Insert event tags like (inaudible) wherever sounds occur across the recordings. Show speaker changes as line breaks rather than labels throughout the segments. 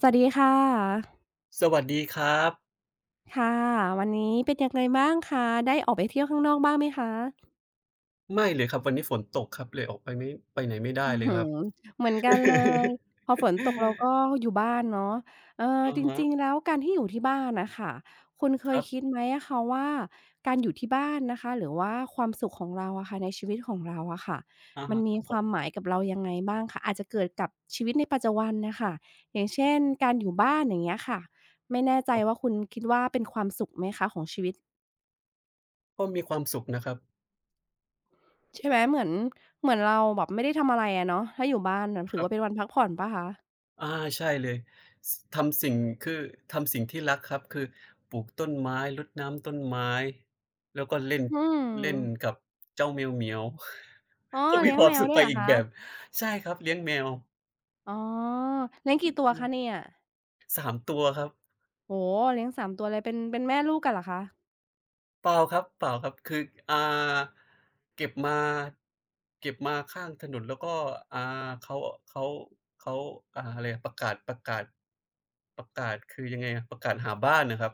สวัสดีค่ะ
สวัสดีครับ
ค่ะ วันนี้เป็นยังไงบ้างคะได้ออกไปเที่ยวข้างนอกบ้างไหมคะ
ไม่เลยครับวันนี้ฝนตกครับเลยออกไปไม่ไปไหนไม่ได้
อื้อ
เลยค
ฮื
รับ
อเหมือนกันเลย
(laughs)
พอฝนตกเราก็อยู่บ้านเนาะเออ
อะ
จ
ฮะ
ริงๆแล้วการที่อยู่ที่บ้านน่ะค่ะคุณเค
ค
ย
รับ
คิดไหมอะคะว่าการอยู่ที่บ้านนะคะ หรือว่าความสุขของเราอะค่ะในชีวิตของเราอะค่ะ
อะ
มัน
ฮะค
มี
รับผ
ความห
ม
มายกับเรายังไงบ้างคะอาจจะเกิดกับชีวิตในปัจจุบันน่ะค่ะอย่างเช่นการอยู่บ้านอย่างเงี้ยค่ะไม่แน่ใจ
ครั
ว่า
บ
คุณคิดว่าเป็นความสุขไหมคะของชีวิต
ก็มีความสุขนะครับ
ใช่ไหมเหมือนเราแบบไม่ได้ทำอะไรอะเนาะถ้าอยู่บ้านน่ะ
ค
ถือ
รั
ว่าเป็
บ
นวันพักผ่อนเปล่าคะ
อาใช่เลยสทำสิ่งคือทำสิ่งที่รักครับคือปลูกต้นไม้รดน้ำต้นไม้แล้วก็เล่น
อืม
เล่นกับเจ้าแมวเหมียว
อ๋อ
(laughs) ก็มี
เลี้ย
ค
ง
วา
แม
ม
ว
สุข
ด้ว
ไป
ยเหรอ
อีก
คะ
แบบใช่ครับเลี้ยงแมว
อ๋อเลี้ยงกี่ตัว
อื
คะ
ม
เนี่ย
สามตัวครับ
โอ้โฮเลี้ยงสามตัวเลยเป็นแม่ลูกกันเหรอคะ
เปล่าครับเปล่าครับคืออ่าเก็บมาเก็บมาข้างถนนแล้วก็อ่าเขาเขาเขาอะไรอะประกาศประกาศประกาศคือยังไงอะประกาศหาบ้านน่ะครับ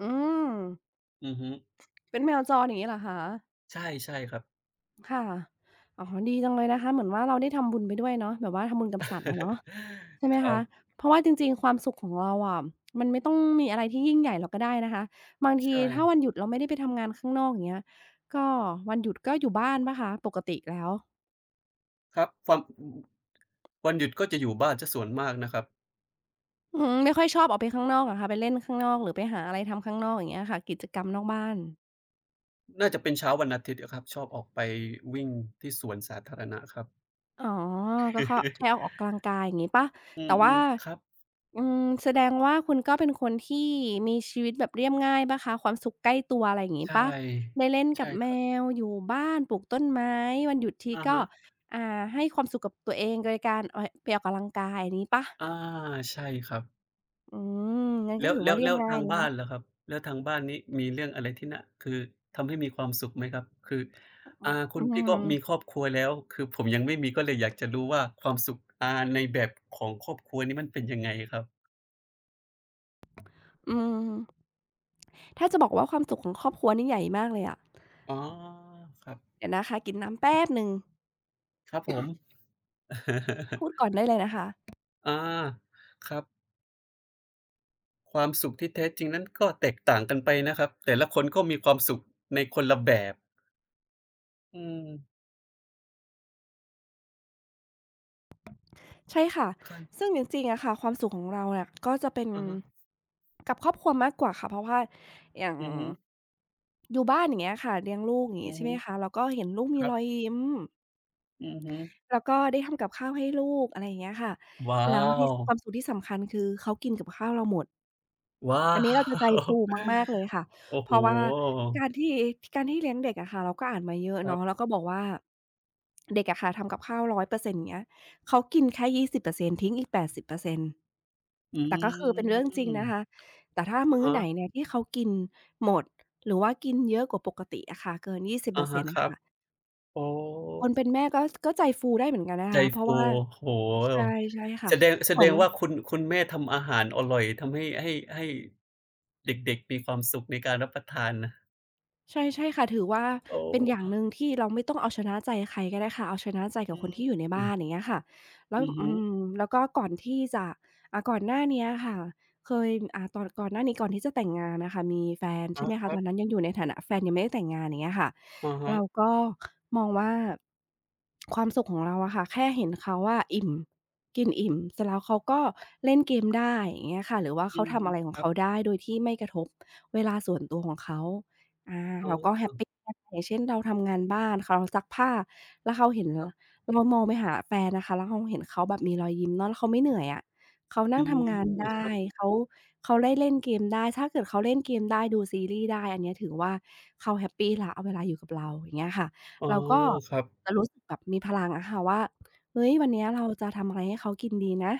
อืม
อือฮึ
เป็นแมวจรอย่างงี้เหรอคะ
ใช่ใช่ครับ
ค่ะอ๋อดีจังเลยนะคะเหมือนว่าเราได้ทำบุญไปด้วยเนาะแบบว่าทำบุญกับสัตว์อะเนาะใช่ไหม
(laughs) ครับ
คะเพราะว่าจริงๆความสุขของเราอะมันไม่ต้องมีอะไรที่ยิ่งใหญ่หรอกก็ได้นะคะบางที
ใช่
ถ้าวันหยุดเราไม่ได้ไปทำงานข้างนอกอย่างเงี้ยก็วันหยุดก็อยู่บ้านเปล่าคะปกติแล้ว
ครับความอือวันหยุดก็จะอยู่บ้านเสียส่วนมากนะครับ
อืมไม่ค่อยชอบออกไปข้างนอกเหรอคะไปเล่นข้างนอกหรือไปหาอะไรทำข้างนอกอย่างเงี้ยค่ะกิจกรรมนอกบ้าน
น่าจะเป็นเช้าวันอาทิตย์อะครับชอบออกไปวิ่งที่สวนสาธารณะครับ
อ๋อก็เคาแค่ออกกำลังกายอย่างงี้เปล่า
(laughs) อื
แต่ว่า
อๆครับ
อืมแสดงว่าคุณก็เป็นคนที่มีชีวิตแบบเรียบง่ายเปล่าคะความสุขใกล้ตัวอะไรอย่าง
ใช
งี้เปล่า
่
ได้เล่นกั
ใช่
บแม
ครับ
ว อยู่บ้านปลูกต้นไม้วันหยุดที
อะ
ก็
ฮะ
อ่าให้ความสุขกับตัวเองโดยการออยไปออกกำลังกายอย่างงี้เปล่า
อาใช่ครับ
อืมงั้นก็ถือว่าเรีย
แล้
บ
ว
ง่าย
ทาง
เลย
บ้า
นะ
นล่ะครับแล้วทางบ้านนี้มีเรื่องอะไรที่น่าคือทำให้มีความสุขไหมครับคือ
อือ
คุ
อื
ณพี่ก็มีค
ม
รอบครัวแล้วคือผมยังไม่มีก็เลยอยากจะรู้ว่าความสุขในแบบของครอบครัวนี้มันเป็นยังไงครับ
อืมถ้าจะบอกว่าความสุขของครอบครัวนี่ใหญ่มากเลยอะ
อ๋อครับ
เดี๋ยวนะคะกินน้ำแป๊บหนึ่ง
ครับผม (laughs)
พูดก่อนได้เลยนะคะ
อาครับความสุขที่แท้จริงนั้นก็แตกต่างกันไปนะครับแต่ละคนก็มีความสุขในคนละแบบอืม
ใช่ค่ะ
ค่ะ
ซึ่งจริงๆอะค่ะความสุขของเราเนี่ยก็จะเป็น
อะฮะ
กับครอบครัวมากกว่าค่ะเพราะว่าอย่าง
อือฮึ
อยู่บ้านอย่างเงี้ยค่ะเลี้ยงลูกอย่าง
อื
งี้
อ
ใช่
ฮึ
ไหมคะแล้วก็เห็นลูก
ค
มี
รั
รอย
บ
ยิ้ม
อือฮึ
แล้วก็ได้ทำกับข้าวให้ลูกอะไรอย่างเงี้ยค่ะ
ว้า
แล้วที่
ว
ความสุขที่สำคัญคือเขากินกับข้าวเราหมด
ว้า
อั
ว
นนี้เราจะใจฟูมากๆเลยค่ะ
(laughs) โอ้
เพ
โฮ
ราะว่าการที่การที่เลี้ยงเด็กอะค่ะเราก็อ่านมาเยอะ
ครับ
เนาะแล้วก็บอกว่าเด็กอะค่ะทำกับข้าว100%อยเปอร์เซ็นต์อย่างเงี้ยเขากินแค่20%ทิ้งอีก80%
อื
แต่ก็คือเป็นเรื่องจริงนะ
ม
คะแต่ถ้า
อะ
มื้อ
ฮะ
ไหนเนี่ยที่เขากินหมดหรือว่ากินเยอะกว่าปกติอะค่ะเกิน
อะ
20%อร์เซ็
ฮะ
นต์
ค
อะ
รับ
ค่ะ
โอ้
คนเป็นแม่ก็ใจฟูได้เหมือนกันนะ
ใจ
คะเพราะ
ฟู
ว่า
โอ้
ใช่
โฮ
ใช่
แส
ค่ะ
ดงแส
เหมื
ด
อ
ง
น
ว่าคุณแม่ทำอาหารอร่อยทำให้ให้ให้เด็กๆมีความสุขในการรับประทานนะ
ใช่ใช่ค่ะถือว่า
โอ้
เป็นอย่างหนึ่งที่เราไม่ต้องเอาชนะใจใครก็ได้ค่ะเอาชนะใจกั
อื
บคนที่อยู่
ม
ในบ้านอย่างเงี้ยค่ะแล้ว
อือ
อื
ฮึ
มแล้วก็ก่อนที่จะก่อนหน้าเนี้ยค่ะเคยตอนก่อนหน้านี้ก่อนที่จะแต่งงานน่ะค่ะมีแฟน
อ๋อ
ใช่ไหม
ค
คะ
รั
ต
บ
อนนั้นยังอยู่ในฐานะแฟนยังไม่ได้แต่งงานอย่างเงี้ยค่ะ
อะฮะ
เราก็มองว่าความสุขของเราอะค่ะแค่เห็นเขาอะอิ่มกินอิ่มเสร็จแล้วเขาก็เล่นเกมได้อย่างเงี้ยค่ะหรือว่า
อื
เขา
อ
ทำ
ฮึ
อะไรข
ค
อง
รั
เขา
บ
ได้โดยที่ไม่กระทบเวลาส่วนตัวของเขา อา
อ๋
เราก็แฮ
อ
ปปีนะคะอย่างเช่นเราทำงานบ้านเขาซักผ้าแล้วเขาเห็นลเรามองไปหาแฟนนะคะแล้วเราเห็นเขาแบบมีรอยยิ้มเนาะแล้วเขาไม่เหนื่อยอะเขา
อื
นั่งทำงาน
ม
ได้
ครับ
เขาเขาได้เล่นเกมได้ถ้าเกิดเขาเล่นเกมได้ดูซีรีส์ได้อันเนี้ยถือว่าเขาแฮปปีแล้วเวลาอยู่กับเราอย่างเงี้ยค่ะ
อ๋อ
เราก็
ครับ
จะรู้สึกแบบมีพลังอะค่ะว่าเฮ้ยวันเนี้ยเราจะทำอะไรให้เขากินดีนะ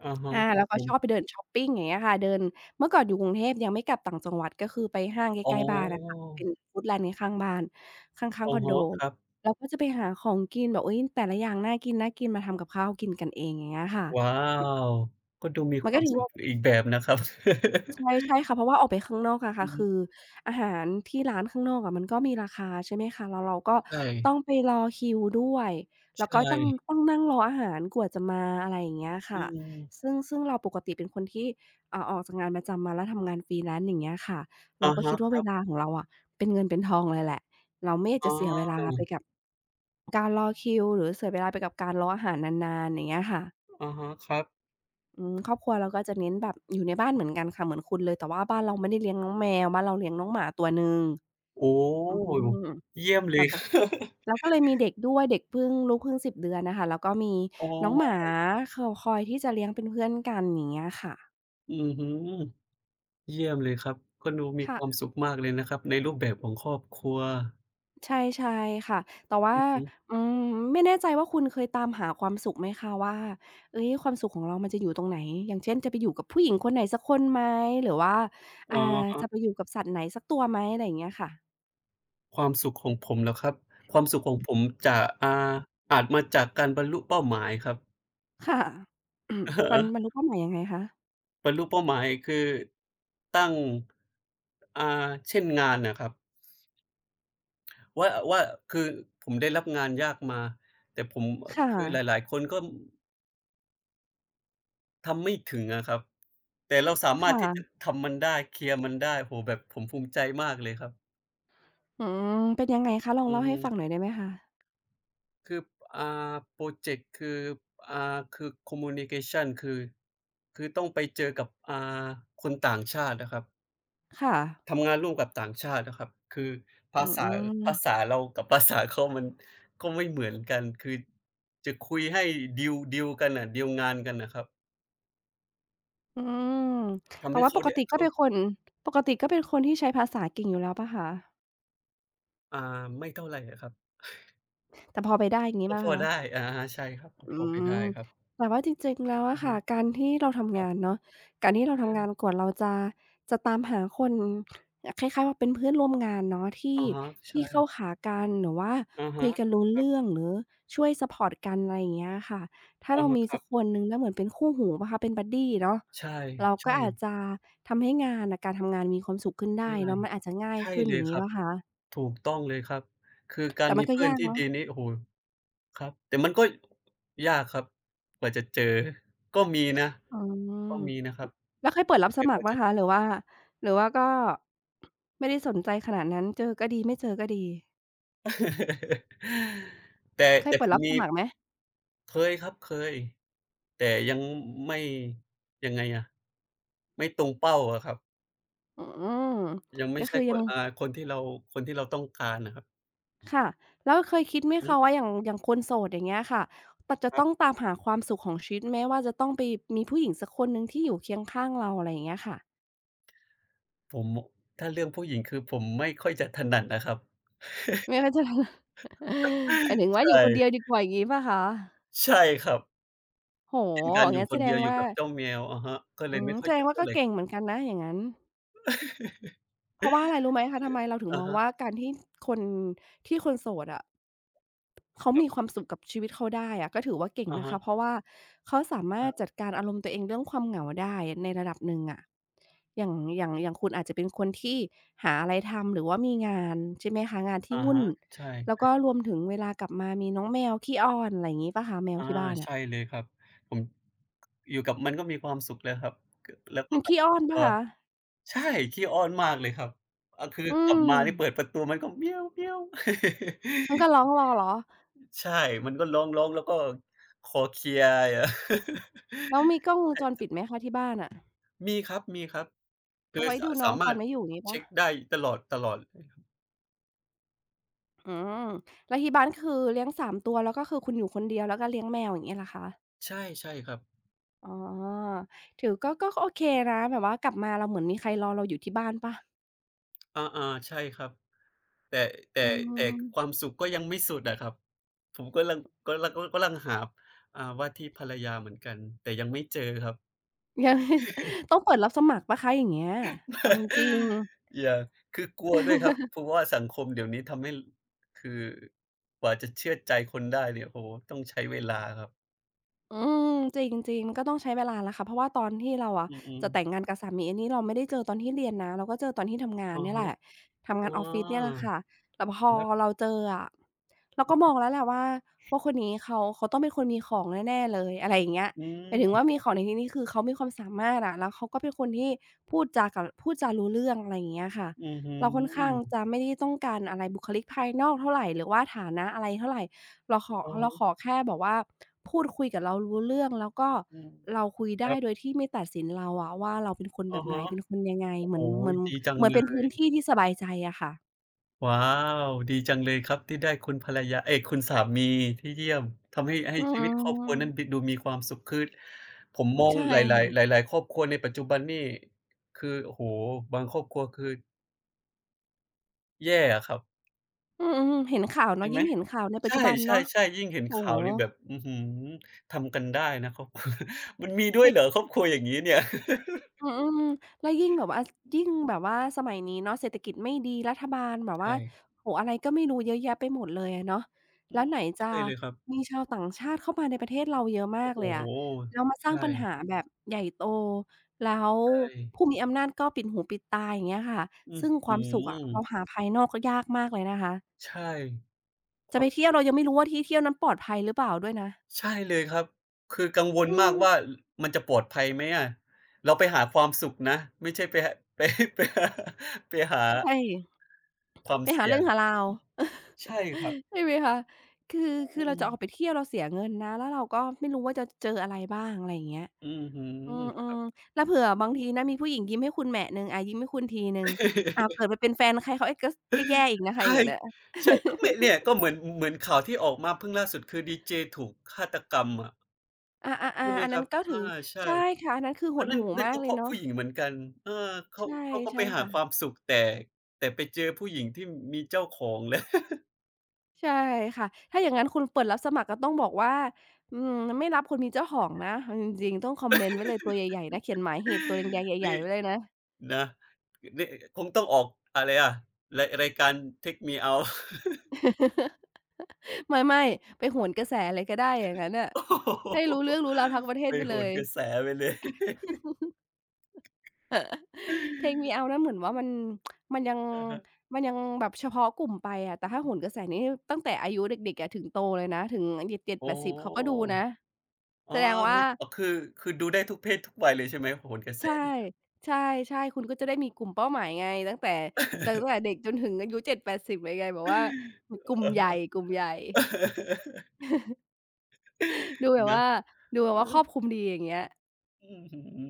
อะฮะ
อา
ค
แล้
รับ
วก็
ผ
ชอบไป
ม
เดินช็อปปิงอย่างเงี้ยค่ะเดินเมื่อก่อนอยู่กรุงเทพยังไม่กลับต่างจังหวัดก็คือไปห้างใก
อ๋อ
ล้ๆบ้านอะค่ะเป็นฟู้ดแลนด์ในข้างบ้านข้างๆค
อะ
อนโด
ฮะครับ
เราก็จะไปหาของกินแบบอุ๊ยแต่ละอย่างน่ากินๆมาทำกับข้าวกินกันเองอย่างเงี้ยค่ะ
ว้าวก็ดูมี
มั
ค
น
วา
ก็
ม
ถือ
สุข
ว่า
อีกแบบนะครับ
ใช่ใช่ค่ะเพราะว่าออกไปข้างนอกอะ
อื
ค่ะ
อฮึ
คืออาหารที่ร้านข้างนอกอะมันก็มีราคาใช่ไหมคะแล้วเราก็
ใช่
ต้องไปรอคิวด้วย
ใช
แล้วก็ต้อง
่
ต้องนั่งรออาหารกว่าจะมาอะไรอย่างเงี้ย
อื
ค่ะ
ม
ซึ่งเราปกติเป็นคนที่ออกจากงานประจำมาแล้วทำงาน freelance อย่างเงี้ยค่ะ
อะ
เราก็
ฮะ
คิดว่าเวลาของเราอะเป็นเงินเป็นทองเลยแหละเราไม่อยาก
อ๋
จะเสียเว
อ
ลาไปกับการรอคิวหรือเสียเวลาไปกับการรออาหารนานๆอย่างเงี้ยค่ะ
อะฮะครับ
อืมครอบครัวเราก็จะเน้นแบบอยู่ในบ้านเหมือนกันค่ะเหมือนคุณเลยแต่ว่าบ้านเราไม่ได้เลี้ยงน้องแมวบ้านเราเลี้ยงน้องหมาตัวหนึ่ง
โอ้
อื
โฮ
ม
เยี่ยมเล
แล้ว
ย (laughs)
ก็แล้วก็เลยมีเด็กด้วยเด็กเพิ่งลูกเพิ่ง10 เดือนน่ะค่ะแล้วก็มี
อ๋
น้องหมา
อ
คคอยที่จะเลี้ยงเป็นเพื่อนกันอย่างเงี้ยค่ะ
อื้อฮือเยี่ยมเลยครับก็ดูมีค
ค่ะ
วามสุขมากเลยนะครับในรูปแบบของครอบครัว
ใช่ๆค่ะแต่ว่า
อือฮึ
อืมไม่แน่ใจว่าคุณเคยตามหาความสุขไหมคะว่าเฮ้ยความสุขของเรามันจะอยู่ตรงไหนอย่างเช่นจะไปอยู่กับผู้หญิงคนไหนสักคนไหมหรือว่าอ่า
อ๋อ
จะไปอยู่กับสัตว์ไหนสักตัวไหมอะไรอย่างเงี้ยค่ะ
ความสุขของผมเหรอครับ ความสุขของผมจะอ่าอาจมาจากการบรรลุเป้าหมายครับ
ค่ะ (coughs) อืมฟันบร
(laughs)
รลุเป้าหมายยังไงคะ
บรรลุเป้าหมายคือตั้งอ่าเช่นงานน่ะครับว่าคือผมได้รับงานยากมาแต่ผมอ
ค่ะ
คือหลายๆคนก็ทำไม่ถึงอะครับแต่เราสามารถที่จะ
ค่ะ
ทำมันได้เคลียร์มันได้โอ้โฮแบบผมภูมิใจมากเลยครับ
อืมเป็นยังไงคะ ลอง
อือ
เล่า
ฮึ
ให้ฟังหน่อยได้ไหมคะ
คืออ่าพรอเจกต์คืออ่าคือ communication คือคือต้องไปเจอกับคนต่างชาติอะครับ
ค่ะ
ทำงานร่วมกับต่างชาตินะครับคือ
อื
ภาษา
ม
ภาษาเรากับภาษาเขามัน (laughs) ก็ไม่เหมือนกัน คือจะคุยให้ดีลกันน่ะดีลงานกันน่ะครับ
อืม
ทำ
แต่
ให้
ว่า
เขาได้เขา
ปกติก็เป็นคนที่ใช้ภาษาเก่งอยู่แล้วเปล่าคะ
อ่าไม่เท่าไรอะครับ
แต่พอไปได้อย่างงี้
ก็
เปล่า
พอ
คะ
ได้อะฮะใช่ครับก็พ
อื
อไปได้
ม
ครับ
แต่ว่าจริงๆแล้ว
อื
อะ
อฮึ
ค่ะการที่เรา
ค
ทำ
รั
งาน
บ
เนาะการที่เรา
ใช่
ทำงานกว่าเราจะจะตามหาคนคล้ายๆว่าเป็นเพื่อนร่วมงานเนาะที่
อะฮะใช่
ที่เข้าขากันหรือว่า
อะ
คุ
ฮะ
ยกันรู้
ครับ
เรื่องหรือช่วยซัปพอร์ตกันอะไรอย่างเงี้ยค่ะถ้า
อะ
เรา
ฮะ
มี
ครั
สั
บ
กคนหนึ่งแล้วเหมือนเป็นคู่หูเปล่าคะเป็นบัดดีเนาะ
ใช่
เราก็อาจ
ใช่
จะทำให้งานน่ะการทำงานมีความสุขขึ้น
ใช่
ได้เนาะมันอาจจะง่าย
ใช่
ขึ้น
เล
อ
ย
ย่าง
ค
งี้
รั
เป
บ
ล่าคะ
ถูกต้องเลยครับคือกา
แต่
ร
มั
มี
นก็
เพื่อน
ยาก
ที่
เนาะ
ดีนี่โอ้โฮครับแต่มันก็ยากครับกว่าจะเจอก็มีนะ
อืม
ก็มีนะครับ
แล้วเคยเปิดรับส
แต่
มั
ก
คร
ว่า
เปล่า
จะ
คะหรือว่าหรือว่าก็ไม่ได้สนใจขนาดนั้นเจอก็ดีไม่เจอก็ดี
(laughs) แต่
เคย
แต่
เปิ
ผ
ด
ม
รับส
มี
มัครไหม
เคยครับเคยแต่ยังไม่ยังไงอะไม่ตรงเป้าอะครับ
อืม
ยังไม่
ก็
ใช่
คือ
ค
ยั
น
ง
คนที่เราคนที่เราต้องการอะครับ
ค่ะแล้วเคยคิดไหม
อื
คะ
ม
ว่าอย่างคนโสดอย่างเงี้ยค่ะจะ
ครั
ต้อง
บ
ตามหาความสุขของชีวิตแม้ว่าจะต้องไปมีผู้หญิงสักคนหนึ่งที่อยู่เคียงข้างเราอะไรอย่างเงี้ยค่ะ
ผมถ้าเรื่องผู้หญิงคือผมไม่ค่อยจะถนัดนะครับ
ไม่ว่าจะ (laughs) หมายถึ
(laughs)
งว่าอ
ใช่
ยู่คนเดียวดีกว่าอย่างงี้เปล่าคะ
ใช่ครับ
โอ้โฮ
เป็นการอยู่
งั้น
ค
แส
น
ด
เดี
ง
ยวอยู่
ว่า
กับเจ้าแมวอะฮะก็เล
อื
ย
ม
ไม่ค่อ
แส
ย
ด
จะ
งว่า
เท่า
ก็
ไร
เก่งเหมือนกันนะอย่างงั้น เพราะว่าอะไรรู้ไหมคะทำไมเราถึง
อะ
มอง
ฮะ
ว่าการที่คนที่คนโสดอะเขา
ครั
มีควา
บ
มสุขกับชีวิตเขาได้อะก็ถือว่าเก่ง
อะ
นะ
ฮะ
คะเพราะว่าเขาสามาร
อะ
ถจัดการอารมณ์ตัวเองเรื่องความเหงาได้ในระดับหนึ่งอะอย่างอย่างคุณอาจจะเป็นคนที่หาอะไรทำหรือว่ามีงานใช่ไหมคะงาน
อะ
ที่วุ่น
ฮะใช่
แล้วก็รวมถึงเวลากลับมามีน้องแมวขี้อ้อนอะไรอย่างงี้เปล่าคะแม
ๆ
วที่บ้านอะ
ใช่เลยครับผมอยู่กับมันก็มีความสุขแล้วครับกแล้วก็
มัน
กับ
ขี้
ค
อ้
ร
อ
อบ
น
ค
เป
รั
ล่า
ว
คะ
ใช่ขี้อ้อนมากเลยครับคือ
อื
กลับ
ม
มานี่เปิดประตูมันก็ (laughs)
มันก็ร้องรอเหรอ
ใช่มันก็ร้องๆแล้วก็เคลียร์ (laughs) อะ
แล้วมีกล้องวงจรปิดไหมคะที่บ้านอะ
มีครับมีครับคื
เอา
อ
ไว้ดูน้
สา
องต
มา
อ
ร
น
ถ
ไม่อยู่งี้เปล่า
เช็กได้ตลอดตลอด
อืมแล้วที่บ้านคือเลี้ยง3ตัวแล้วก็คือคุณอยู่คนเดียวแล้วก็เลี้ยงแมวอย่างเงี้ยเหรอคะ
ใช่ใช่ครับ
อ๋อ ถือก็ก็โอเคนะแบบว่ากลับมาเราเหมือนมีใครรอเราอยู่ที่บ้านเปล่า
อาๆใช่ครับ แต่แต่
อื
แต่
ม
ความสุขก็ยังไม่สุดอะครับผมก็ลังก็ลังกำลังหาว่าที่ภรรยาเหมือนกันแต่ยังไม่เจอครับ
(laughs) ยังต้องเปิดรับสมัครเปล่าคะอย่างเงี้ยเอาจริง
(laughs)
ๆ
อย่าคือกลัวด้วยครับเพราะว่าสังคมเดี๋ยวนี้ทำให้คือกว่าจะเชื่อใจคนได้เนี่ยโอ้โฮต้องใช้เวลาครับ
อืมจริงๆมันก็ต้องใช้เวลาแหละค่ะเพราะว่าตอนที่เราอะ
อืม
จะ
ๆ
แต่งงานกับสามีอันนี้เราไม่ได้เจอตอนที่เรียนนะเราก็เจอตอนที่ทำงาน
อะ
เนี่ย
ฮะ
แหละทำ
อ๋
งานออฟฟิศเนี่ยแหละ
อ
ค่ะแต่พอ
ครับ
เราเจออะเราก็มองแล้วแหละว่าว่าคนนี้เขาเขาต้องเป็นคนมีของแน่ๆเลยอะไรอย่างเงี้ย
อื
หมายถึงว่า
ม
มีของในที่นี้คือเขามีความสามารถอะแล้วเขาก็เป็นคนที่พูดจารู้เรื่องอะไรอย่างเงี้ยค่ะ
อื้อฮื
เราค่อนข้าง
อ
จะไม่ได้ต้องการอะไรบุคลิกภายนอกเท่าไรหรือว่าฐานะอะไรเท่าไร เราขอ
อะ
เราขอ
ฮะ
แค่แบบว่าพูดคุยกับเรารู้เรื่องแล้วก็
อืม
เราคุย
ค
ได้
รั
โด
บ
ยที่ไม่ตัดสินเราอะว่าเราเป็นคนแบ
อะ
บไหน
ฮะ
เป็นคนยังไง
โอ้
เห
โฮ
มือนเหมือน
ดีจัง
เหมือน
เล
เป็น
ย
พื้นที่ที่สบายใจอะค่ะ
ว้าวดีจังเลยครับที่ได้คุณภรรยาเอ๊ยคุณสามีที่เยี่ยมทำให้
อื
ชีวิตครอบครัวนั้นด
ม
ดูมีความสุขคือผมมอง
ใช่
หลายๆหลายๆครอบครัวในปัจจุบันนี่คือโอ้โฮบางครอบครัวคือแย่อะครับ
อืมๆเห็นข่าว
ใช่
เนาะ
ไหม
ยิ่งเห็นข่าวใน
ใ
ปัจจุบันเนาะ
ช่ๆๆยิ่งเห็น
โอ้
ข่า
โฮ
วนี่แบบอื้อฮือทำกันได้นะครอบครัวมันมีด้วยเหรอ
ใช่
ครอบครัวอย่างงี้เนี่ย
อืมๆแล้วยิ่งแบบว่าสมัยนี้เนาะเศรษฐกิจไม่ดีรัฐบาลแบบว่า
ใช่
โอ้โฮอะไรก็ไม่รู้เยอะแยะไปหมดเลยอะเนาะ
อื
แล้ว
ม
ไหนจะ
ใช่เลยครับ
มีชาวต่างชาติเข้ามาในประเทศเราเยอะมา
โอ
กเล
้
ย
โฮ
อะแล้วมาสร้าง
ใช่
ปัญหาแบบใหญ่โตแล้ว
ใช่
ผู้มีอำนาจก็ปิดหูปิดตาอย่างเงี้ยค่ะ
อื้อ
ซึ่งควา
ฮื
มสุขอะ
อ
เราหาภายนอกก็ยากมากเลยนะคะ
ใช่ค
จะ
วา
ไป
ม
เที่ยวเรายังไม่รู้ว่าที่เที่ยวนั้นปลอดภัยหรือเปล่าด้วยนะ
ใช่เลยครับ คือกังวล
อื
มาก
ม
ว่ามันจะปลอดภัยไหมอะเราไปหาความสุขนะ ไม่ใช่ไปหา (laughs) ไปไปหาไปหา
ใช่
ความ
ไปหา
เสี่ย
เรื่อ
ง
งหาราว
ใช่ครับ
(laughs) ใช่ไหมคะคือคื
อื
อเรา
ม
จะออกไปเที่ยวเราเสียเงินนะแล้วเราก็ไม่รู้ว่าจะเจออะไรบ้างอะไรอย่างเงี้ย
อือฮึ
อืมๆแล้วเผื่อบางทีนะมีผู้หญิงยิ้มให้คุณแหมะหนึ่งอายิ้มให้คุณทีหนึ่งอ้าวเกิด
(laughs)
ไปเป็นแฟนใครเขาไอก็แย่อีกนะคะอย่าง
ใช่
เงี้ย (laughs) เนย
ใช่ก็เนี่ยก็เหมือนข่าวที่ออกมาเพิ่งล่าสุดคือดีเจถูกฆาตกรรมอะ
(laughs) อาอา
ใช่ไห
ๆ
ม
ๆอัน
ครั
นั้
บ
นก็
อา
ถือ
ใช่
ใช่ค่ะอันนั้นคือห
ก็
ด
นั่น
หู่
นั่น
มาก
ก็
เล
เพ
ย
ราะ
เนาะ
ผู้หญิงเหมือนกันเออเขา
ใช่
เขาก็ไป
ใช่
หา
ค่ะ
ความสุขแต่แต่ไปเจอผู้หญิงที่มีเจ้าของ (laughs) แล้ว
ใช่ค่ะ ถ้าอย่างงั้นคุณเปิดรับสมัครก็ต้องบอกว่าอืมไม่รับคนมีเจ้าของนะเอาจริงๆต้องคอมเมนต์ไว้เลยตัวใหญ่ๆนะ เขียนหมายเหตุตัวแดงๆใหญ่
นี่
ๆไว้เลยนะ
นะนี่คงต้องออกอะไรอะรายการ Take Me Out
(laughs) ไม่ๆไปโหนกระแสเลยก็ได้อย่างงั้นน่ะ
(laughs) โอ้
ให้รู้
โฮ
เรื่องรู้ราวทั้งประเทศ
ไป
ไป
โห
เล
น
ย
กระแสไปเลย
(laughs) Take Me Out
(laughs)
นั้นเหมือนว่ามันมันยัง
อะฮะ
มันยังแบบเฉพาะกลุ่มไปอะแต่ถ้าโหนกระแสนี่ตั้งแต่อายุเด็กๆอะถึงโตเลยนะถึงเจ็ด
อ๋อ
แปดสิบเขาก็ดูนะ
อ๋อ
แสดงว่า
มีอ๋อคือคือดูได้ทุกเพศทุกวัยเลยใช่ไหมโหนกระแส
ใช่
(laughs)
ใช่ๆคุณก็จะได้มีกลุ่มเป้าหมายไงตั้งแต่เด็กจนถึงอายุ70-80เลยไงแบบว่ามกลุ่มใหญ่กลุ่มใหญ่ดูแบบ
เนี่ย
ว่าดูแบบ
อะ
ว่า
ฮะ
คร
นะ
อบ
อ
คลุมดีอย่างเงี้ย
ื้อฮือ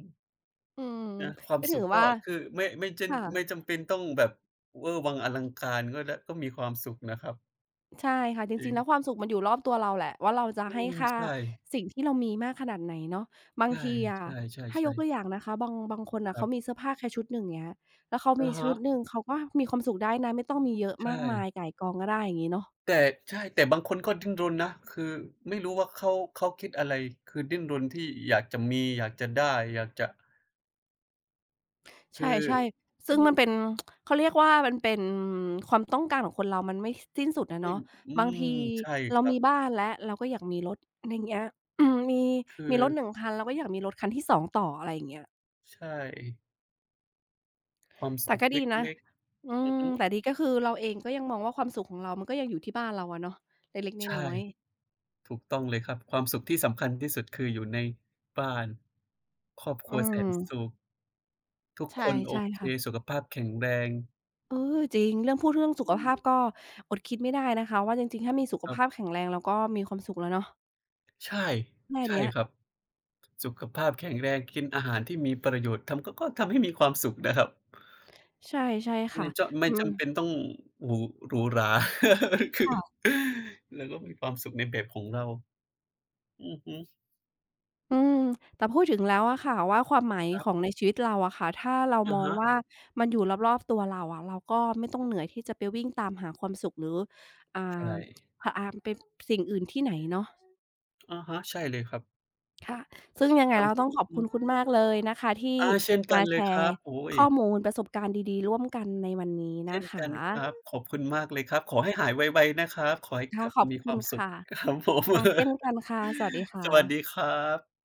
อืม
นะความ
ก็
สุ
ถือ
ขก็
ว่า
คือไม่ไม่เจำไม่
ค่ะ
จำเป็นต้องแบบเวอร์วังอลังการก็ได้ก็มีความสุขนะครับ
ใช่ค่ะจ
จริ
ริง
ง
ๆแล้วความสุขมันอยู่รอบตัวเราแหละว่าเราจะ
อื
ให้
ม
ค่า
ใช่
สิ่งที่เรามีมากขนาดไหนเนาะบาง
ใช่
ทีอะถ้าย
ใช่
กตัวอย่างนะคะบางคน
ๆๆค
น่ะ
รับ
เขามีเสื้อผ้าแค่ชุดหนึ่งอย่างเงี้ยแล้วเขามี
อะ
ชุ
ฮะ
ดหนึ่งเขาก็มีความสุขได้นะไม่ต้องมีเยอะ
ใช่
มากมายก่ายกองก็ได้อย่างงี้เนาะ
แต่ใช่แต่บางคนก็ดิ้นรนนะคือไม่รู้ว่าเขาคิดอะไรคือดิ้นรนที่อยากจะมีอยากจะได้อยากจะ
ใช
คือ
่ๆ
อื
ซึ่งมั
ม
นเป็นเขาเรียกว่ามันเป็นความต้องการของคนเรามันไม่สสิ้นสุดอะ
ไม่
เนาะ
อื
บาง
ม
ที
ใช่ค
เรา
รับ
มีบ้านแล้วเราก็อยากมีรถอะไรอย่างเงี้ย (clears throat) อืมมี
คื
มี
อ
รถหนึ่งคันเราก็อยากมีรถคันที่สองต่ออะไรอย่างเงี้ย
ใช่ความ
แต่
สุข
ก็
เ
ดีนะ
ล็ก
อื
ๆอือ
ม
ฮึ
แต่ดีก็คือเราเองก็ยังมองว่าความสุขของเรามันก็ยังอยู่ที่บ้านเราอะเนาะเล็ก
ใช่
ๆน้อยๆ
ถูกต้องเลยครับความสุขที่สำคัญที่สุดคืออยู่ในบ้านครอบค
อื
รัวแส
ม
นสุขทุก
ใช่
คนโอ
ใช่
เคสุ
ค่ะ
ขภาพแข็งแรง
เออจริงเรื่องสุ
อื
ข
ม
ภาพก็อดคิดไม่ได้นะคะว่าจริงๆถ้ามีสุข
ครั
ภาพ
บ
แข็งแรงเราก็มีความสุขแล้วเนาะ
ใช่
แค่
ใช่
เนี้ย
ครับ สุขภาพแข็งแรงกินอาหารที่มีประโยชน์ทำก็ทำให้มีความสุขนะครับ
ใช่ใช่ค่ะ
ไม่จะไม่
อืม
จำเป็นต้องหรูหรูหรา (laughs) คือ
ค่ะ
เราก็มีความสุขในแบบของเราอือฮึ
อืม แต่พูดถึงแล้วอะค่ะว่าความหมาย
ครั
ของ
บ
ในชีวิตเราอะค่ะถ้าเรา
อะ
มอง
ฮะ
ว่ามันอยู่รอบๆตัวเราอะเราก็ไม่ต้องเหนื่อยที่จะไปวิ่งตามหาความสุขหรือ
ใช่
อ่าพะอามเปนสิ่งอื่นที่ไหนเนาะ
อะฮะใช่เลยครับ
ค่ะซึ่งยัง
ค
ไง
วาม
เรา
สุ
ต้
ข
องขอบ
อื
คุ
ม
ณคุณมากเลยนะคะที่
อาเช่นกั
มา
นเล
แช
ยครั
ร์
บโอ้โฮ
ข้อมูลประสบการณ์ดีๆร่วมกันในวันนี้
เช่
นะ
น
ค
กันครับ
ะ
ขอบคุณมากเลยครับขอให้หายไวๆนะครับขอให้ก
ค่ะ
ลับ
ขอ
มา
บ
มีค
คุ
วา
ณ
มสุข
ค่ะ
ครับผม
ค่ะเช่นกันค่ะสวัสดีค่
(laughs) สวัสดีค
ะ
รับ